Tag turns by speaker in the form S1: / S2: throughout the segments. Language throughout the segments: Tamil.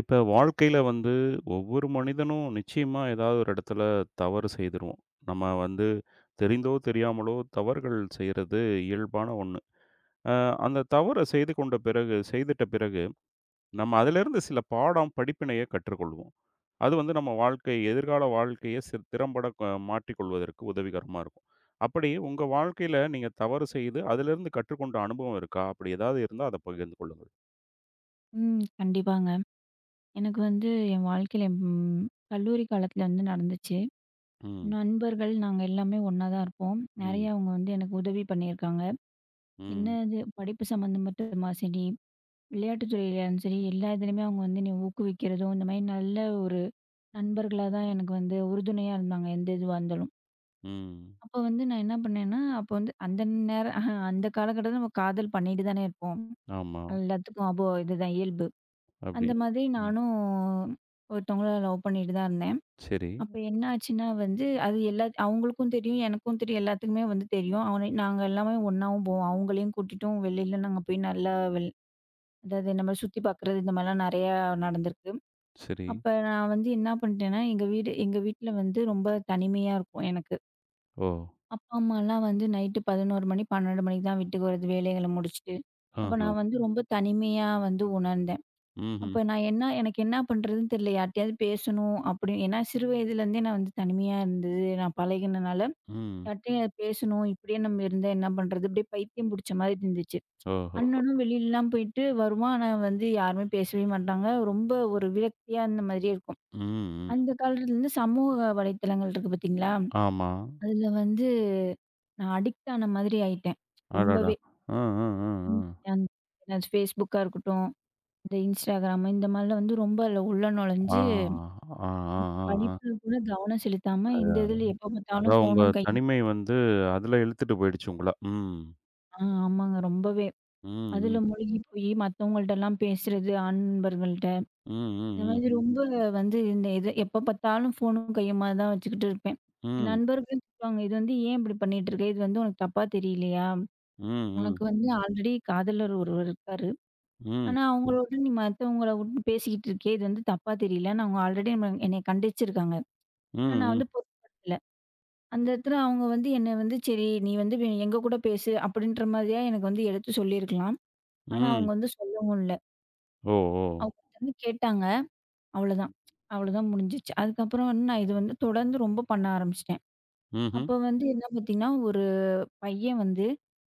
S1: இப்ப வாழ்க்கையில வந்து ஒவ்வொரு மனிதனும் நிச்சயமா ஏதாவது ஒரு இடத்துல தவறு செய்திருவோம். நம்ம வந்து தெரிந்தோ, தெரியாமலோ தவறுகள் செய்றது இயல்பான ஒண்ணு. அ அந்த தவற செய்துட்ட பிறகு, நம்ம அதிலிருந்து சில பாடம், படிப்பினைய கற்றுக்கொள்வோம். அது வந்து நம்ம வாழ்க்கை எதிர்கால வாழ்க்கைய திறம்பட மாற்றிக்கொள்வதற்கு உதவிகரமா இருக்கும். அப்படி உங்க வாழ்க்கையில நீங்க தவறு செய்து அதிலிருந்து கற்றுக்கொண்ட அனுபவம் இருக்கா? அப்படி ஏதாவது இருந்தா அத பகிர்ந்து கொள்ளுங்கள்.
S2: ம். கண்டிப்பாங்க. எனக்கு வந்து என் வாழ்க்கையில ம் கல்லூரி காலத்துல வந்து நடந்துச்சு.
S1: ம்,
S2: நண்பர்கள் நாங்க எல்லாமே ஒண்ணா தான் இருப்போம்.
S1: ம்,
S2: நெறைய அவங்க வந்து எனக்கு உதவி பண்ணியிருக்காங்க.
S1: ம்,
S2: என்னது படிப்பு சம்மந்தப்பட்டமா சரி, விளையாட்டுத் துறையிலயும் சரி, எல்லா இதுலயுமே அவங்க வந்து என்னைய ஊக்குவிக்கிறதும், இந்த மாரி நல்ல ஒரு நண்பர்களா தான் எனக்கு வந்து உறுதுணையா இருந்தாங்க, எந்த இதுவா இருந்தாலும்.
S1: ம்.
S2: அப்போ வந்து நான் என்ன பண்ணேன்னா, அப்போ வந்து அந்த நேரம் அந்த காலகட்டத்துல நம்ம காதல் பண்ணிட்டு தானே இருப்போம்.
S1: ஆமா.
S2: எல்லாத்துக்கும் அப்போ இதுதான் இயல்பு. அந்த
S1: அப்படியா?
S2: மாதிரி
S1: ம்.
S2: நானும் ஒருத்தவங்கள லவ் பண்ணிட்டு தான் இருந்தேன்.
S1: சரி,
S2: அப்ப என்ன ஆச்சுன்னா வந்து, அது எல்லா அவங்களுக்கும் தெரியும், எனக்கும் தெரியும், எல்லாத்துக்குமே வந்து தெரியும். அவன நாங்க எல்லாமே ஒண்ணாவும் போவோம். அவங்களையும் கூட்டிட்டும் வெளியில நாங்க போய் நல்லா வெள் அதாவது இந்த மாரி சுத்தி பார்க்குறது, இந்த மாரிலாம் நெறையா நடந்திருக்கு.
S1: சரி.
S2: அப்ப நான் வந்து என்ன பண்ணிட்டேன்னா, எங்க வீடு எங்க வீட்ல வந்து ரொம்ப தனிமையா இருக்கும் எனக்கு.
S1: ஓ!
S2: அப்பா, அம்மாலாம் வந்து நைட்டு 11 மணி, 12 மணிக்கு தான் வீட்டுக்கு வர்றது, வேலைகள முடிச்சுட்டு. அப்ப
S1: ஆஹா.
S2: நான் வந்து ரொம்ப தனிமையா வந்து உணர்ந்தேன்.
S1: ம்ஹ்ம்.
S2: அப்ப நான் என்ன எனக்கு என்ன பண்றதுன்னு தெரியல. யார்ட்டயாவது பேசணும் அப்படி ஏன்னா சிறு வயதிலேருந்தே நான் வந்து தனிமையா இருந்தது. நான் பழகினனால,
S1: ம்.
S2: யார்ட்டயும் பேசணும், இப்படியே நம்ம இருந்தா என்ன பண்றது? அப்படியே பைத்தியம் பிடிச்ச மாதிரி இருந்துச்சு.
S1: ஓஹோஹோ!
S2: அண்ணனும் வெளியிலலாம் போயிட்டு வருவான். ஆனா வந்து யாருமே பேசவே மாட்டாங்க. ரொம்ப ஒரு விரக்தியா இருந்த மாதிரியே இருக்கும்.
S1: ம், ம்.
S2: அந்த காலத்துல இருந்து சமூக வலைத்தளங்கள் இருக்கு பார்த்தீங்களா?
S1: ஆமா.
S2: அதுல வந்து நான் அடிக்ட் ஆன மாதிரி ஆயிட்டேன்.
S1: அடடா!
S2: ரொம்பவே.
S1: அ, அ, அ, அ.
S2: ம். அந்த Facebookகா இருக்கட்டும், இந்த Instagram இந்த மாதிரிலாம் வந்து ரொம்ப அதில உள்ள
S1: ஆ,
S2: நுழைஞ்சு
S1: ஆ, ஆ,
S2: ம்.
S1: ஆ, ஆ.
S2: படிப்புல கூட கவனம் செலுத்தாம,
S1: அது
S2: இந்த இதுல எப்ப பார்த்தாலும்
S1: அதான் உங்க
S2: ஃபோனும் கையும்
S1: தனிமை வந்து அதுல இழுத்துட்டு போயிடுச்சு உங்கள. ம்.
S2: ஆமாங்க. ரொம்பவே.
S1: ம்,
S2: அதுல
S1: ம்.
S2: மூழ்கி போயி மத்தவங்கள்ட்டலாம் பேசுறது, ஆண் நண்பர்கள்ட்ட.
S1: ம், ம்,
S2: இந்த
S1: ம்.
S2: மாதிரி ரொம்ப வந்து இந்த இது எப்ப பார்த்தாலும் ஃபோனும் கையுமா தான் வச்சுக்கிட்டு இருப்பேன். என்
S1: ம்.
S2: நண்பர்களும் திட்டுவாங்க. "இது வந்து ஏன் இப்படி பண்ணிட்டு இருக்க? இது வந்து உனக்கு தப்பா தெரியலையா?
S1: ம், ம்.
S2: உனக்கு வந்து ஆல்ரெடி காதலர் ஒருவர் இருக்காரு.
S1: ம்.
S2: ஆனா அவங்களோட நீ மத்தவங்கள வுட்டு பேசிக்கிட்டு இருக்கியே! இது வந்து தப்பா தெரியல." நான் அவங்க ஆல்ரெடி நம்ம என்னைய கண்டிச்சிருக்காங்க.
S1: ம்,
S2: ஆனா நான்
S1: ம்.
S2: வந்து பொருட்படுத்தல. அந்த இடத்துல அவங்க வந்து என்ன வந்து, "சரி நீ வந்து வே எங்க கூட பேசு" அப்படின்ற மாதிரியா எனக்கு வந்து எடுத்து சொல்லியிருக்கலாம். ஆனா
S1: ம்.
S2: அவங்க வந்து சொல்லவும் இல்ல.
S1: ஓ! ஓ!
S2: அவங்க வந்து கேட்டாங்க. அவ்வளோதான். அவ்வளோதான் முடிஞ்சிச்சு. அதுக்கப்புறம் வந்து நான் இது வந்து தொடர்ந்து ரொம்ப பண்ண ஆரம்பிச்சுட்டேன்.
S1: ம்ஹ்ம்.
S2: அப்போ வந்து என்ன பார்த்தீங்கன்னா, ஒரு பையன் வந்து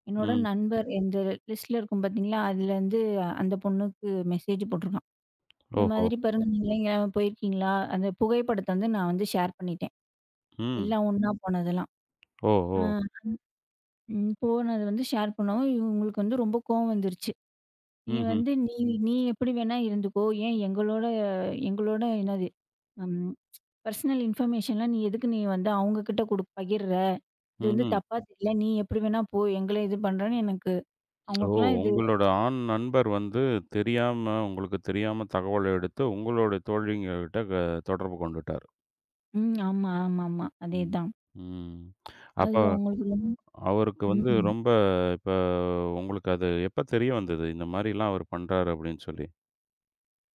S2: என்னோட
S1: ம்.
S2: நண்பர் இந்த லிஸ்ட்ல இருக்கும் பார்த்தீங்களா, அதுலேருந்து அந்த பொண்ணுக்கு மெசேஜ் போட்டிருக்கான். இந்த
S1: ஓஹோ!
S2: மாதிரி பாருங்க நீங்க எங்கேயாவது போயிருக்கீங்களா? அந்த புகைப்படத்த வந்து நான் வந்து ஷேர் பண்ணிட்டேன்.
S1: ம்.
S2: எல்லாம் ஒண்ணா போனதெல்லாம்.
S1: ஓ!
S2: அ
S1: ஓ!
S2: ம். போனது வந்து ஷேர் பண்ணோம். இவங்களுக்கு வந்து ரொம்ப கோவம் வந்துருச்சு. "நீ
S1: ம்ஹ்ம்.
S2: வந்து நீ நீ எப்படி வேணா இருந்துக்கோ. ஏன் எங்களோட எங்களோட என்னது ம் பர்சனல் இன்ஃபர்மேஷன்லாம் நீ எதுக்கு நீ வந்து அவங்க கிட்ட குடு பகிர்ற? இது வந்து
S1: ம்.
S2: தப்பா தெரியல. நீ எப்படி வேணா போ. எங்கள இது பண்றன்னு" எனக்கு
S1: ஓ!
S2: அவங்களுக்கெல்லாம் இது
S1: உங்களோட ஆண் நண்பர் வந்து தெரியாம உங்களுக்கு தெரியாம தகவல் எடுத்து உங்களுடைய தோழிங்ககிட்ட தொடர்பு கொண்டுட்டாரு.
S2: ம். ஆமா, ஆமாமா.
S1: ம்.
S2: அதேதான்.
S1: ம். அப்ப
S2: அது அவங்களுக்கு ரொம்
S1: அவருக்கு வந்து
S2: ம்.
S1: ரொம்ப இப்ப உங்களுக்கு அது எப்ப தெரிய வந்தது? இந்த மாரிலாம் அவர் பண்றாரு அப்படின்னு சொல்லி.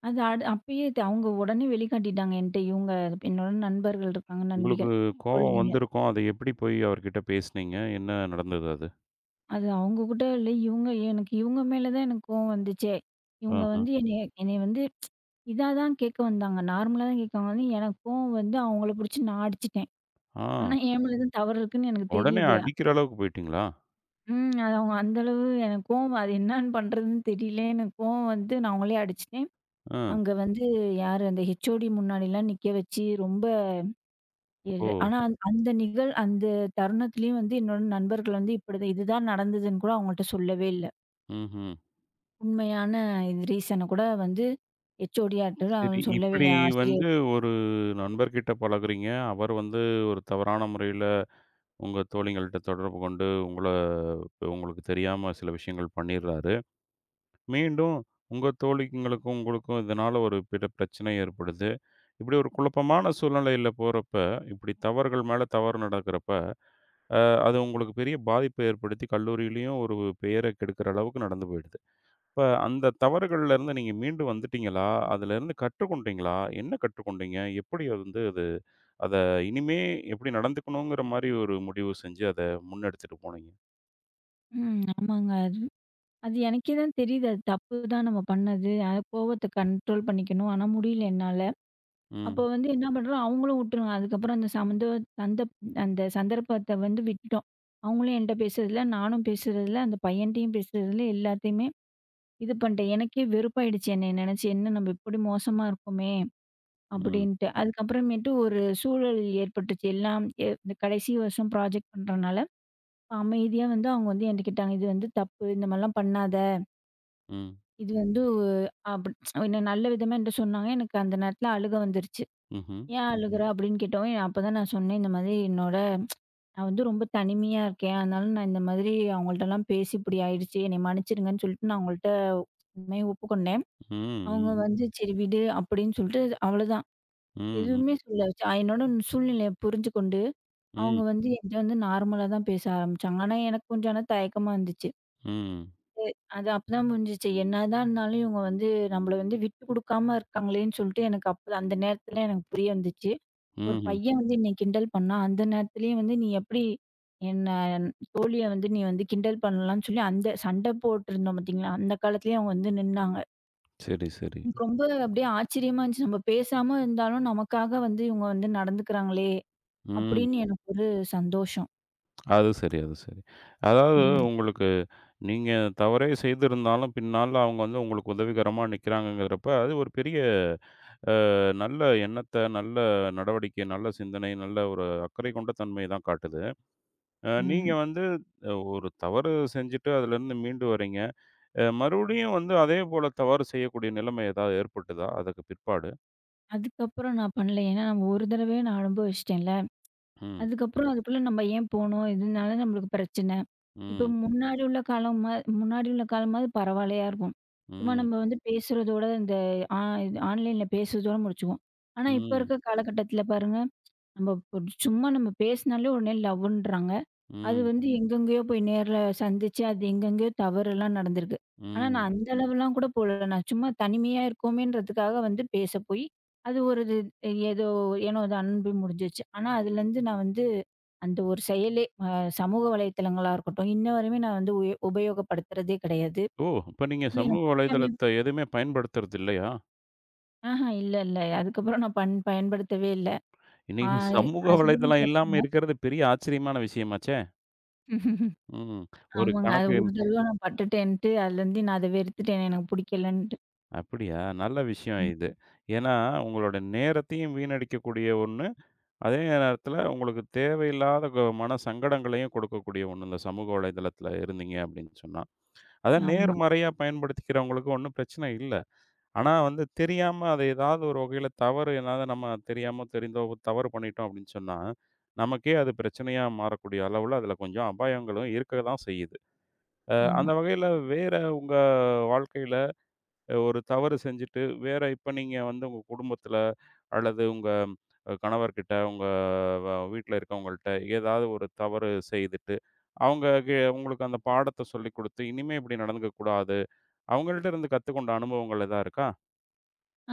S2: அது அடு அப்பயே த அவங்க உடனே வெளிக்காட்டிட்டாங்க என்ட்ட. இவங்க என்னோட நண்பர்கள் இருக்காங்க,
S1: உங்களுக்கு
S2: நண்பிகள்.
S1: கோவம்
S2: தோழிகள்.
S1: வந்திருக்கும். அத எப்படி போய் அவர்கிட்ட பேசுனீங்க? என்ன நடந்தது அது?
S2: அது அவங்க கூட இல்ல. இவங்க எனக்கு இவங்க மேல தான் எனக்கு கோவம் வந்துச்சே! இவங்க
S1: ஆஹ.
S2: வந்து என்னைய என்னைய வந்து இதா தான் கேட்க வந்தாங்க. நார்மலா தான் கேட்க வந்தாங்க. எனக்கு கோவம் வந்து அவங்கள புடிச்சு நான் அடிச்சுட்டேன்.
S1: ஆ.
S2: ஆனா என் மேல தான் தவறு இருக்குன்னு எனக்கு
S1: உடனே
S2: தெரியுது.
S1: அடிக்கிற அளவுக்கு போயிட்டீங்களா?
S2: ம். அது அவங்க அந்த அளவு எனக்கு கோவம் அது என்னான்னு பண்றதுன்னு தெரியல. எனக்கு கோவம் வந்து நான் அவங்களே அடிச்சுட்டேன்.
S1: ஆ.
S2: அங்க வந்து யாரு அந்த ஹெச்ஓடி முன்னாடிலாம் நிக்க வச்சு ரொம்ப இது
S1: ஓ!
S2: ஆனா அந்த அந்த நிகழ் அந்த தருணத்திலயும் வந்து என்னோட நண்பர்கள் வந்து இப்படிதான் இதுதான் நடந்ததுன்னு கூட அவங்கள்ட்ட சொல்லவே இல்ல.
S1: ம்ஹ்ம்.
S2: உண்மையான இது ரீசன கூட வந்து ஹெச்ஓடியாட்ட
S1: சரி.
S2: அவன் சொல்லவே
S1: இப்படி
S2: இல்ல.
S1: வந்து
S2: ஆசிரியர்
S1: ஒரு நண்பர்கிட்ட பழகுறீங்க. அவர் வந்து ஒரு தவறான முறையில உங்க தோழிகள்ட்ட தொடர்பு கொண்டு உங்களுக்கு தெரியாம சில விஷயங்கள் பண்ணிர்றாரு. மீண்டும் உங்க தோழிங்களுக்கும் உங்களுக்கும் இதனால ஒரு பிரச்சனை ஏற்படுது. இப்படி ஒரு குழப்பமான சூழ்நிலையில போறப்ப, இப்படி தவறுகள் மேல தவறு நடக்கிறப்ப, அ அது உங்களுக்கு பெரிய பாதிப்பை ஏற்படுத்தி கல்லூரியிலயும் ஒரு பெயர கெடுக்கிற அளவுக்கு நடந்து போயிடுது. இப்ப அந்த தவறுகள்ல இருந்து நீங்க மீண்டு வந்துட்டீங்களா? அதுலருந்து கற்றுக்கொண்டீங்களா? என்ன கற்றுக்கொண்டீங்க? எப்படி அது வந்து அது அத இனிமே எப்படி நடந்துக்கணுங்கிற மாரி ஒரு முடிவு செஞ்சு அத முன்னெடுத்துட்டு போனீங்க?
S2: ம். ஆமாங்க. அது அது எனக்கே தான் தெரியுது. அது தப்பு தான் நம்ம பண்ணது. அது கோவத்த கண்ட்ரோல் பண்ணிக்கணும். ஆனா முடியல என்னால. அப்போ
S1: ம்.
S2: வந்து என்ன பண்றோம், அவங்களும் விட்டுருவாங்க. அதுக்கப்புறம் அந்த சமந்த சந்த அந்த சந்தர்ப்பத்த வந்து விட்டுட்டோம். அவங்களும் என்ட்ட பேசுறதில்ல. நானும் பேசுறதில்ல. அந்த பையன்ட்டயும் பேசுறதில்ல. எல்லாத்தையுமே இது பண்ணிட்டேன். எனக்கே வெறுப்பாயிடுச்சு என்னைய நெனச்சு. என்ன நம்ம இப்படி மோசமா இருக்கோமே!
S1: ம்.
S2: அப்படின்ட்டு. அதுக்கப்புறமேட்டு ஒரு சூழல் ஏற்பட்டுச்சு. எல்லாம் எ இந்த கடைசி வருஷம் ப்ராஜெக்ட் பண்றனால, அமைதியா வந்து அவங்க வந்து என்ட்ட கேட்டாங்க. "இது வந்து தப்பு. இந்த மாரிலாம் பண்ணாத.
S1: ம்.
S2: இது வந்து" ஒ- அப்படி என்ன நல்ல விதமா என்ட்ட சொன்னாங்க. எனக்கு அந்த நேரத்துல அழுகை வந்துருச்சு.
S1: ம்ஹ்ம்.
S2: "ஏன் அழுகுற?" அப்படின்னு கேட்டவும், அப்பதான் நான் சொன்னேன், "இந்த மாதிரி என்னோட நான் வந்து ரொம்ப தனிமையா இருக்கேன். அதனால நான் இந்த மாதிரி அவங்கள்ட்டலாம் பேசி இப்படி ஆயிடுச்சு. என்னைய மன்னிச்சிடுங்கன்னு" சொல்லிட்டு நான் அவங்கள்ட்ட உண்மைய ஒப்புக்கொண்டேன். அவங்க
S1: ம்.
S2: ம். வந்து "சரி விடு" அப்படின்னு சொல்லிட்டு அவ்வளோதான்.
S1: ம். ம்.
S2: எதுவுமே சொல்ல வச்சா என்னோட சூழ்நிலைய புரிஞ்சுக்கொண்டு,
S1: ம்.
S2: அவங்க வந்து என்ட்ட வந்து நார்மலா தான் பேச ஆரம்பிச்சாங்க. ஆனா எனக்கு கொஞ்சம் ஆனா தயக்கமா இருந்துச்சு.
S1: ம்.
S2: அது அப்பதான் புரிஞ்சுச்சு. என்னதான் இருந்தாலும் இவங்க வந்து நம்மள வந்து விட்டு குடுக்காம இருக்காங்களேன்னு சொல்லிட்டு எனக்கு அப்ப அந்த நேரத்துல எனக்கு புரிய வந்துச்சு. ஒரு
S1: ம்ஹ்ம்.
S2: பையன் வந்து என்னை கிண்டல் பண்ணான். அந்த நேரத்துலயும் வந்து நீ எப்படி என்ன தோழிய வந்து நீ வந்து கிண்டல் பண்ணலான்னு சொல்லி அந்த சண்டை போட்டுருந்தோம் பார்த்தீங்களா? அந்த காலத்திலயே அவங்க வந்து நின்னாங்க.
S1: சரி, சரி.
S2: எனக்கு ரொம்ப அப்படியே ஆச்சரியமா இருந்துச்சு. நம்ம பேசாம இருந்தாலும் நமக்காக வந்து இவங்க வந்து நடந்துக்கிறாங்களே!
S1: ம்.
S2: அப்படின்னு
S1: ம்.
S2: எனக்கு ஒரு சந்தோஷம்.
S1: அது சரி, அது சரி. அதாவது
S2: ம்,
S1: உங்களுக்கு நீங்க தவறே செய்திருந்தாலும், பின்னால அவங்க வந்து உங்களுக்கு உதவிகரமா நிக்கிறாங்கங்கிறப்ப, அது ஒரு பெரிய நல்ல எண்ணத்த, நல்ல நடவடிக்கை, நல்ல சிந்தனை, நல்ல ஒரு அக்கறை கொண்ட தன்மை தான் காட்டுது. நீங்க
S2: ம்.
S1: வந்து ஒரு தவறு செஞ்சுட்டு அதுலேருந்து மீண்டு வர்றீங்க. மறுபடியும் வந்து அதே போல தவறு செய்யக்கூடிய நிலைமை ஏதாவது ஏற்பட்டுதா? அதற்கு பிற்பாடு?
S2: அதுக்கப்புறம் நான் பண்ணல. ஏன்னா நம்ம ஒரு தடவையே நான் அனுபவிச்சுட்டேன்ல.
S1: ம்,
S2: அதுக்கப்புறம் அதுக்குள்ள நம்ம ஏன் போணும்? இதனால நம்மளுக்கு பிரச்சனை. இப்ப
S1: ம்,
S2: முன்னாடி உள்ள காலமா முன்னாடி உள்ள காலமாவது பரவாயில்லையா இருக்கும். சும்மா
S1: ம்,
S2: நம்ம வந்து பேசுறதோட இந்த ஆ ஆன்லைன்ல பேசுறதோட முடிச்சுக்குவோம். ஆனா இப்ப
S1: ம்,
S2: இருக்க காலகட்டத்தில பாருங்க, நம்ம ஒரு சும்மா நம்ம பேசினாலே உடனே லவ்வுன்றாங்க. அது
S1: ம்,
S2: வந்து எங்கெங்கேயோ போய் நேர்ல சந்திச்சு, அது எங்கெங்கேயோ தவறுலாம் நடந்திருக்கு. ஆனா,
S1: ம்.
S2: நான் அந்த அளவுலாம் கூட போல. நான் சும்மா தனிமையா இருக்கோமேன்றதுக்காக வந்து பேச போய், அது ஒரு இது ஏதோ ஏனோ தானோன்னு போய் முடிஞ்சிருச்சு. ஆனா, அதுலேருந்து நான் வந்து அந்த ஒரு செயலே அ சமூக வலைத்தளங்களா இருக்கட்டும், இன்ன வரையுமே நான் வந்து உய உபயோகப்படுத்துறதே கிடையாது.
S1: ஓ! அப்ப நீங்க
S2: அது
S1: சமூக
S2: எனக்கு பிடிக்காமயே
S1: வலைதளத்த
S2: போய்
S1: எதுவுமே பயன்படுத்துறது இல்லையா?
S2: ஆஹா இல்ல, இல்ல. அதுக்கப்புறம் நான் பண் பயன்படுத்தவே இல்ல. ஆ
S1: இன்னைக்கு சமூக
S2: ஹஸ்பண்டும்
S1: வலைதளம் இல்லாம
S2: கேட்பாங்க.
S1: இருக்கிறது பெரிய ஆச்சரியமான விஷயமாச்சே! ம். ஒரு
S2: ஆமாங்க. அது
S1: கணக்கு
S2: ஒரு தடவ நான் பட்டுட்டேன்ட்டு, அதுலேருந்து நான் அத வெறுத்துட்டேன். எனக்கு பிடிக்கலன்ட்டு.
S1: அப்படியா? நல்ல விஷயம் இது. ஏன்னா, உங்களோட நேரத்தையும் வீணடிக்கக்கூடிய ஒண்ணு. அதே நேரத்தில உங்களுக்கு தேவையில்லாத மன சங்கடங்களையும் கொடுக்கக்கூடிய ஒண்ணு. இந்த சமூக வலைதளத்தில இருந்தீங்க அப்படின்னு சொன்னா. அத
S2: ஆமா,
S1: நேர்மறையா பயன்படுத்திக்கிறவங்களுக்கு ஒண்ணும் பிரச்சனை இல்ல. ஆனா வந்து தெரியாம அது ஏதாவது ஒரு வகையில தவறு ஏதாவது நம்ம தெரியாமோ, தெரிந்தோ தவறு பண்ணிட்டோம் அப்படின்னு சொன்னா, நமக்கே அது பிரச்சனையா மாறக்கூடிய அளவுல அதில கொஞ்சம் அபாயங்களும் இருக்க தான் செய்யுது.
S2: ஆமா.
S1: அந்த வகையில வேற உங்க வாழ்க்கையில ஒரு தவறு செஞ்சுட்டு வேற இப்ப நீங்க வந்து உங்க குடும்பத்துல அல்லது உங்க கணவர்கிட்ட உங்க வீட்ல இருக்கவங்கள்ட்ட ஏதாவது ஒரு தவறு செய்துட்டு அவங்க உங்களுக்கு அந்த பாடத்தை சொல்லி கொடுத்து இனிமே இப்படி நடந்துக்க கூடாது அவங்கள்ட்ட இருந்து கத்துக்கொண்ட அனுபவங்கள் எதா இருக்கா.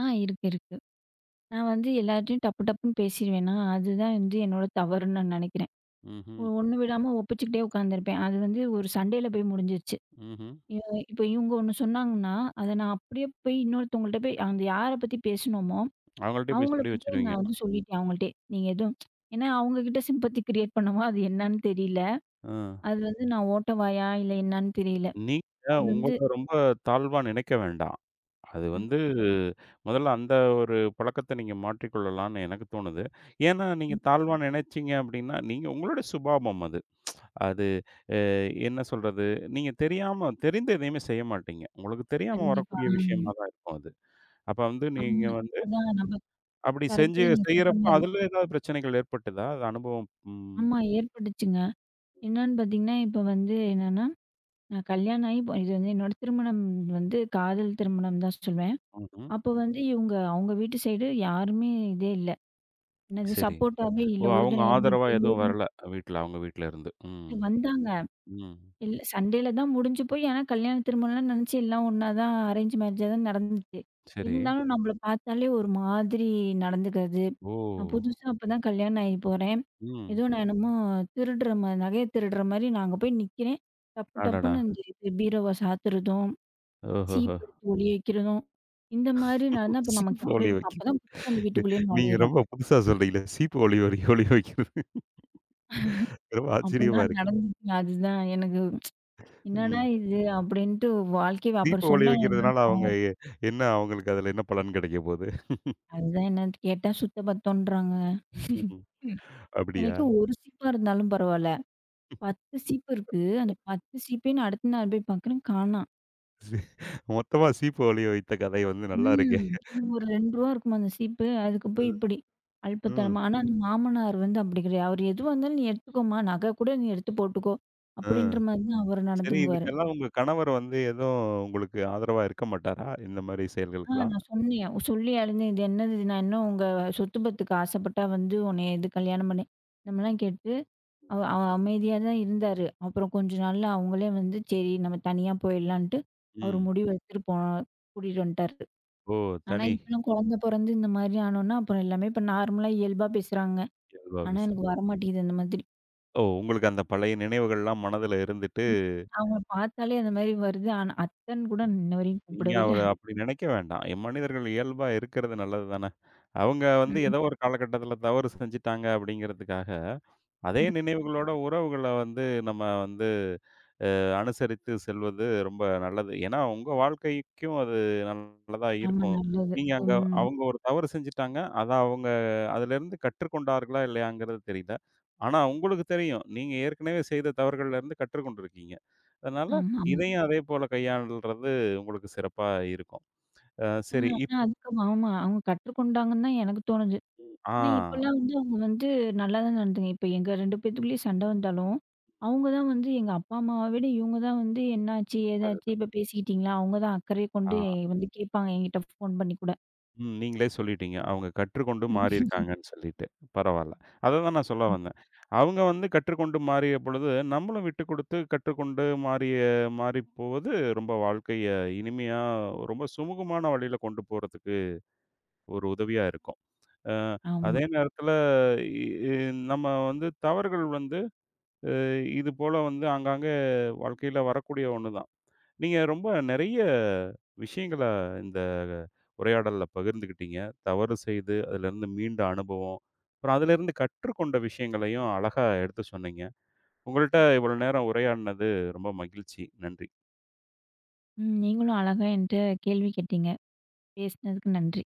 S2: இருக்கு, இருக்கு. நான் வந்து எல்லார்ட்டயும் டப்பு டப்புன்னு பேசிருவேனா, அதுதான் வந்து என்னோட தவறுன்னு நான் நெனைக்கிறேன்.
S1: ம்ஹும்.
S2: ஒண்ணு விடாம ஒப்பிச்சுக்கிட்டே உட்காந்துருப்பேன். அது வந்து ஒரு சண்டையில போய் முடிஞ்சிருச்சு.
S1: ம்ஹும்.
S2: இ இப்ப இவங்க ஒண்ணு சொன்னாங்கன்னா, அத நான் அப்படியே போய் இன்னொருத்தவங்கள்ட்ட போய் அந்த யார பத்தி பேசுனோமோ,
S1: அவங்கள்ட்ட போய்
S2: அவங்கள
S1: சொல்லி
S2: பத்தியே
S1: வச்சிருவீங்க.
S2: நான் வந்து சொல்லிட்டேன் அவங்கள்ட்டயே. நீங்க எதுவும் ஏன்னா அவங்க கிட்ட சிம்பத்தி கிரியேட் பண்ணவா, அது என்னன்னு தெரியல.
S1: ஆ.
S2: அது வந்து நான் ஓட்ட வாயா இல்ல என்னன்னு தெரியல.
S1: நீங்க
S2: அது வந்து
S1: உங்களை ரொம்ப தாழ்வா நினைக்க வேண்டாம். அது
S2: ம்,
S1: வந்து முதல்ல அந்த ஒரு பழக்கத்த நீங்க மாற்றிக்கொள்ளலாம்னு எனக்கு தோணுது. ஏன்னா, நீங்க
S2: ம்.
S1: தாழ்வா நினைச்சீங்க அப்படின்னா, நீங்க உங்களோட சுபாவம் அது. அது என்ன சொல்றது? நீங்க தெரியாம தெரிந்து எதையுமே செய்ய மாட்டீங்க. உங்களுக்கு தெரியாம
S2: கண்டிப்பா.
S1: வரக்கூடிய
S2: ஆமா.
S1: விஷயமா தான் இருக்கும் அது. அப்ப வந்து நீங்க
S2: ஆமா.
S1: வந்து
S2: அதான் நம்ம
S1: அப்படி
S2: கரெக்ட்டு
S1: செஞ்சு
S2: தான் நீங்க சொல்ற
S1: செய்யறப்ப
S2: மாரி.
S1: அதுல ஏதாவது பிரச்சனைகள் ஏற்பட்டுதா? அது அனுபவம். ம்.
S2: ஆமா ஏற்பட்டுச்சுங்க. என்னன்னு பார்த்தீங்கன்னா, இப்ப வந்து என்னன்னா, நான் கல்யாணம் ஆகி இப்போ இது வந்து என்னோட திருமணம் வந்து காதல் திருமணம் தான் சொல்வேன்.
S1: ம்ஹ்ம்.
S2: அப்போ வந்து இவங்க அவங்க வீட்டு சைடு யாருமே இதே இல்ல. என்னது
S1: சரி.
S2: சப்போர்ட்டாவே
S1: ஓ!
S2: இல்ல.
S1: அவங்க
S2: உறுதுணையாவே
S1: ஆதரவா எதுவும்
S2: இல்ல.
S1: வரல வீட்ல அவங்க வீட்ல இருந்து. ம்.
S2: இவங்க வந்தாங்க.
S1: ம்.
S2: இல்ல சண்டேல தான் முடிஞ்சு போய், ஆனா கல்யாணம், திருமணம்லாம் நெனச்சு எல்லாம் ஒண்ணா தான் அரேஞ்ச் மேரேஜா தான் நடந்துச்சு.
S1: சரி.
S2: இருந்தாலும் நம்மள பார்த்தாலே ஒரு மாதிரி நடந்துக்கிறது.
S1: ஓ!
S2: நான் புதுசா அப்பதான் கல்யாணம் ஆகி போறேன்.
S1: ம்.
S2: ஏதோ நான் என்னமோ திருடுற மாரி நகைய திருடுற மாரி நான் அங்க போய் நிக்கிறேன். டப்பு
S1: அடடா!
S2: டப்புன்னு இந்த இது பீரோவ சாத்துறதும், சீப்
S1: ஓஹோஹோ!
S2: எடுத்து ஒளிய வைக்கிறதும், இந்த மாரி நடந்தா அப்ப நமக்கு
S1: சீப்பு
S2: எப்படி
S1: ஒளிய
S2: இருக்கும்?
S1: வைக்கிறது.
S2: அப்பதான் புதுசா அந்த வீட்டுக்குள்ளேயே
S1: நீங்க
S2: நுழையிறோம்.
S1: ரொம்ப புதுசா சொல்றீங்களே! சீப்பு ஒளி ஒளி ஒளிய வைக்கிறது. ரொம்ப ஆச்சரியமா
S2: அப்படிதான்
S1: இருக்கு.
S2: நடந்துச்சுங்க. அதுதான் எனக்கு "என்னடா
S1: ம்.
S2: இது?" அப்படின்ட்டு வாழ்க்கைய
S1: சீப்பு
S2: அப்புறம்
S1: ஒளிய
S2: சொன்னேன் என்னோட
S1: வைக்கிறதுனால
S2: கணவர்ட்ட.
S1: அவங்க என்ன அவங்களுக்கு அதுல என்ன பலன் கிடைக்க போது?
S2: அதுதான் என்னன்னு கேட்டா சுத்த பத்தோன்றாங்க.
S1: ம்ஹ்ம். அப்படியா?
S2: எனக்கு 1 சீப்பா இருந்தாலும் பரவால்ல. 10 சீப்பு இருக்கு. அந்த 10 சீப்பையும் நான் அடுத்த நாள் போய் பார்க்குறேன் காணாம்.
S1: சரி. மொத்தமா சீப்பு ஒளிய வைத்த கதை வந்து நல்லா இருக்கே!
S2: ம். இன்னும் ஒரு ₹2 இருக்குமா அந்த சீப்பு. அதுக்கு போய் இப்படி
S1: ம்.
S2: அல்பத்தனமா. ஆனா அந்த மாமனார் வந்து அப்படி கிடையாது. அவர் எதுவா இருந்தாலும் நீ எடுத்துக்கோமா, நகை கூட நீ எடுத்து போட்டுக்கோ.
S1: ஆ.
S2: அப்படின்ற மாரி தான் அவர்
S1: சரி,
S2: நடந்துக்குவாரு.
S1: இதுக்கெல்லாம் உங்க கணவர் வந்து எதுவும் உங்களுக்கு ஆதரவா இருக்க மாட்டாரா? இந்த மாரி செயல்களுக்கெல்லாம்?
S2: நான் சொன்னேன். சொல்லி அழுந்தேன். இது என்னது இது? நான் இன்னும் உங்க சொத்து பத்துக்கு ஆசைப்பட்டா வந்து உன்னைய இது கல்யாணம் பண்ணேன். இந்த மாரிலாம் கேட்டு அவ அவ அமைதியா தான் இருந்தாரு. அப்புறம் கொஞ்ச நாள்ல அவங்களே வந்து, "சரி நம்ம தனியா போயிடலான்ட்டு" அவரு
S1: ம்.
S2: முடிவு எடுத்துட்டு போ கூட்டிட்டு வந்துட்டாரு.
S1: ஓ!
S2: ஆனா
S1: தனி
S2: இப்பலாம் குழந்தை பொறந்து இந்த மாதிரி ஆனோன்னா, அப்புறம் எல்லாமே இப்ப நார்மலா இயல்பா பேசுறாங்க.
S1: இயல்பா
S2: ஆனா
S1: பேசுறேன்.
S2: எனக்கு வரமாட்டேங்குது அந்த மாதிரி.
S1: ஓ! உங்களுக்கு அந்த பழைய நினைவுகள்லாம் மனதுல இருந்துட்டு
S2: ம். அவங்கள பார்த்தாலே அந்த மாதிரி வருது. ஆனா அத்தன்னு கூட இன்ன வரையும்
S1: நீங்க
S2: கூப்பிடவே இல்ல.
S1: அவள அப்படி நினைக்க வேண்டாம். மனிதர்கள் இயல்பா இருக்கிறது நல்லது தானே. அவங்க வந்து
S2: ம்.
S1: ஏதோ ஒரு காலகட்டத்தில தவறு செஞ்சுட்டாங்க அப்படிங்கிறதுக்காக, அதே
S2: ம்.
S1: நினைவுகளோட உறவுகள வந்து நம்ம வந்து அனுசரித்து செல்வது ரொம்ப நல்லது. ஏன்னா உங்க வாழ்க்கைக்கும் அது நல்லதா
S2: ஆமா
S1: இருக்கும்.
S2: நல்லது.
S1: நீங்க அங்க
S2: ம்.
S1: அவங்க ஒரு தவறு செஞ்சுட்டாங்க. அத அவங்க அதிலிருந்து கற்றுக்கொண்டார்களா இல்லையாங்கிறது தெரியல. ஆனா உங்களுக்கு தெரியும். நீங்க ஏற்கனவே செய்த தவறுகள்லேருந்து கற்றுக்கொண்டிருக்கீங்க. அதனால
S2: ஆமாமா.
S1: இதையும் அதே போல கையாள்றது உங்களுக்கு சிறப்பா இருக்கும்.
S2: ம்.
S1: சரி.
S2: ஆனா அதுக்கு ஆமா அவங்க கற்றுக்கொண்டாங்கன்னு தான் எனக்கு தோணுது.
S1: ஆ
S2: ஏன்னா, இப்பலாம் வந்து அவங்க வந்து நல்லா தான் நடந்துங்க. இப்ப எங்க 2 பேத்துக்குள்ளேயும் சண்டை வந்தாலும், அவங்க தான் வந்து எங்க அப்பா, அம்மாவ விட இவங்க தான் வந்து என்னாச்சு? ஏதாச்சு?
S1: அதுதான்.
S2: இப்ப பேசிக்கிட்டீங்களா? அவங்க தான் அக்கறைய
S1: ஆ
S2: கொண்டு எ- வந்து கேட்பாங்க என்கிட்ட ஃபோன் பண்ணி கூட.
S1: ம், நீங்களே சொல்லிட்டீங்க. அவங்க கற்றுக்கொண்டு
S2: ம்.
S1: மாறியிருக்காங்கன்னு சொல்லிட்டு. பரவால்ல. அததான் நான் சொல்ல வந்தேன். அவங்க வந்து கற்றுக்கொண்டு மாறிய பொழுது, நம்மளும் விட்டு குடுத்து கற்றுக்கொண்டு மாறி போவது ரொம்ப வாழ்க்கைய இனிமையா, ரொம்ப சுமூகமான வழியில கொண்டு போறதுக்கு ஒரு உதவியா இருக்கும். அ
S2: ஆமா.
S1: அதே நேரத்தில இ இ நம்ம வந்து தவறுகள் வந்து இது போல வந்து ஆங்காங்கே வாழ்க்கையில வரக்கூடிய ஒண்ணு தான். நீங்க ரொம்ப நெறைய விஷயங்கள இந்த உரையாடல்ல பகிர்ந்துக்கிட்டீங்க. தவறு செய்து அதிலிருந்து மீண்ட அனுபவம், அப்புறம் அதிலிருந்து கற்றுக்கொண்ட விஷயங்களையும் அழகா எடுத்து சொன்னீங்க. உங்கள்ட்ட இவ்வளோ நேரம் உரையாடினது ரொம்ப மகிழ்ச்சி. நன்றி.
S2: ம். நீங்களும் அழகா என்ட்ட கேள்வி கேட்டீங்க. பேசினதுக்கு நன்றி.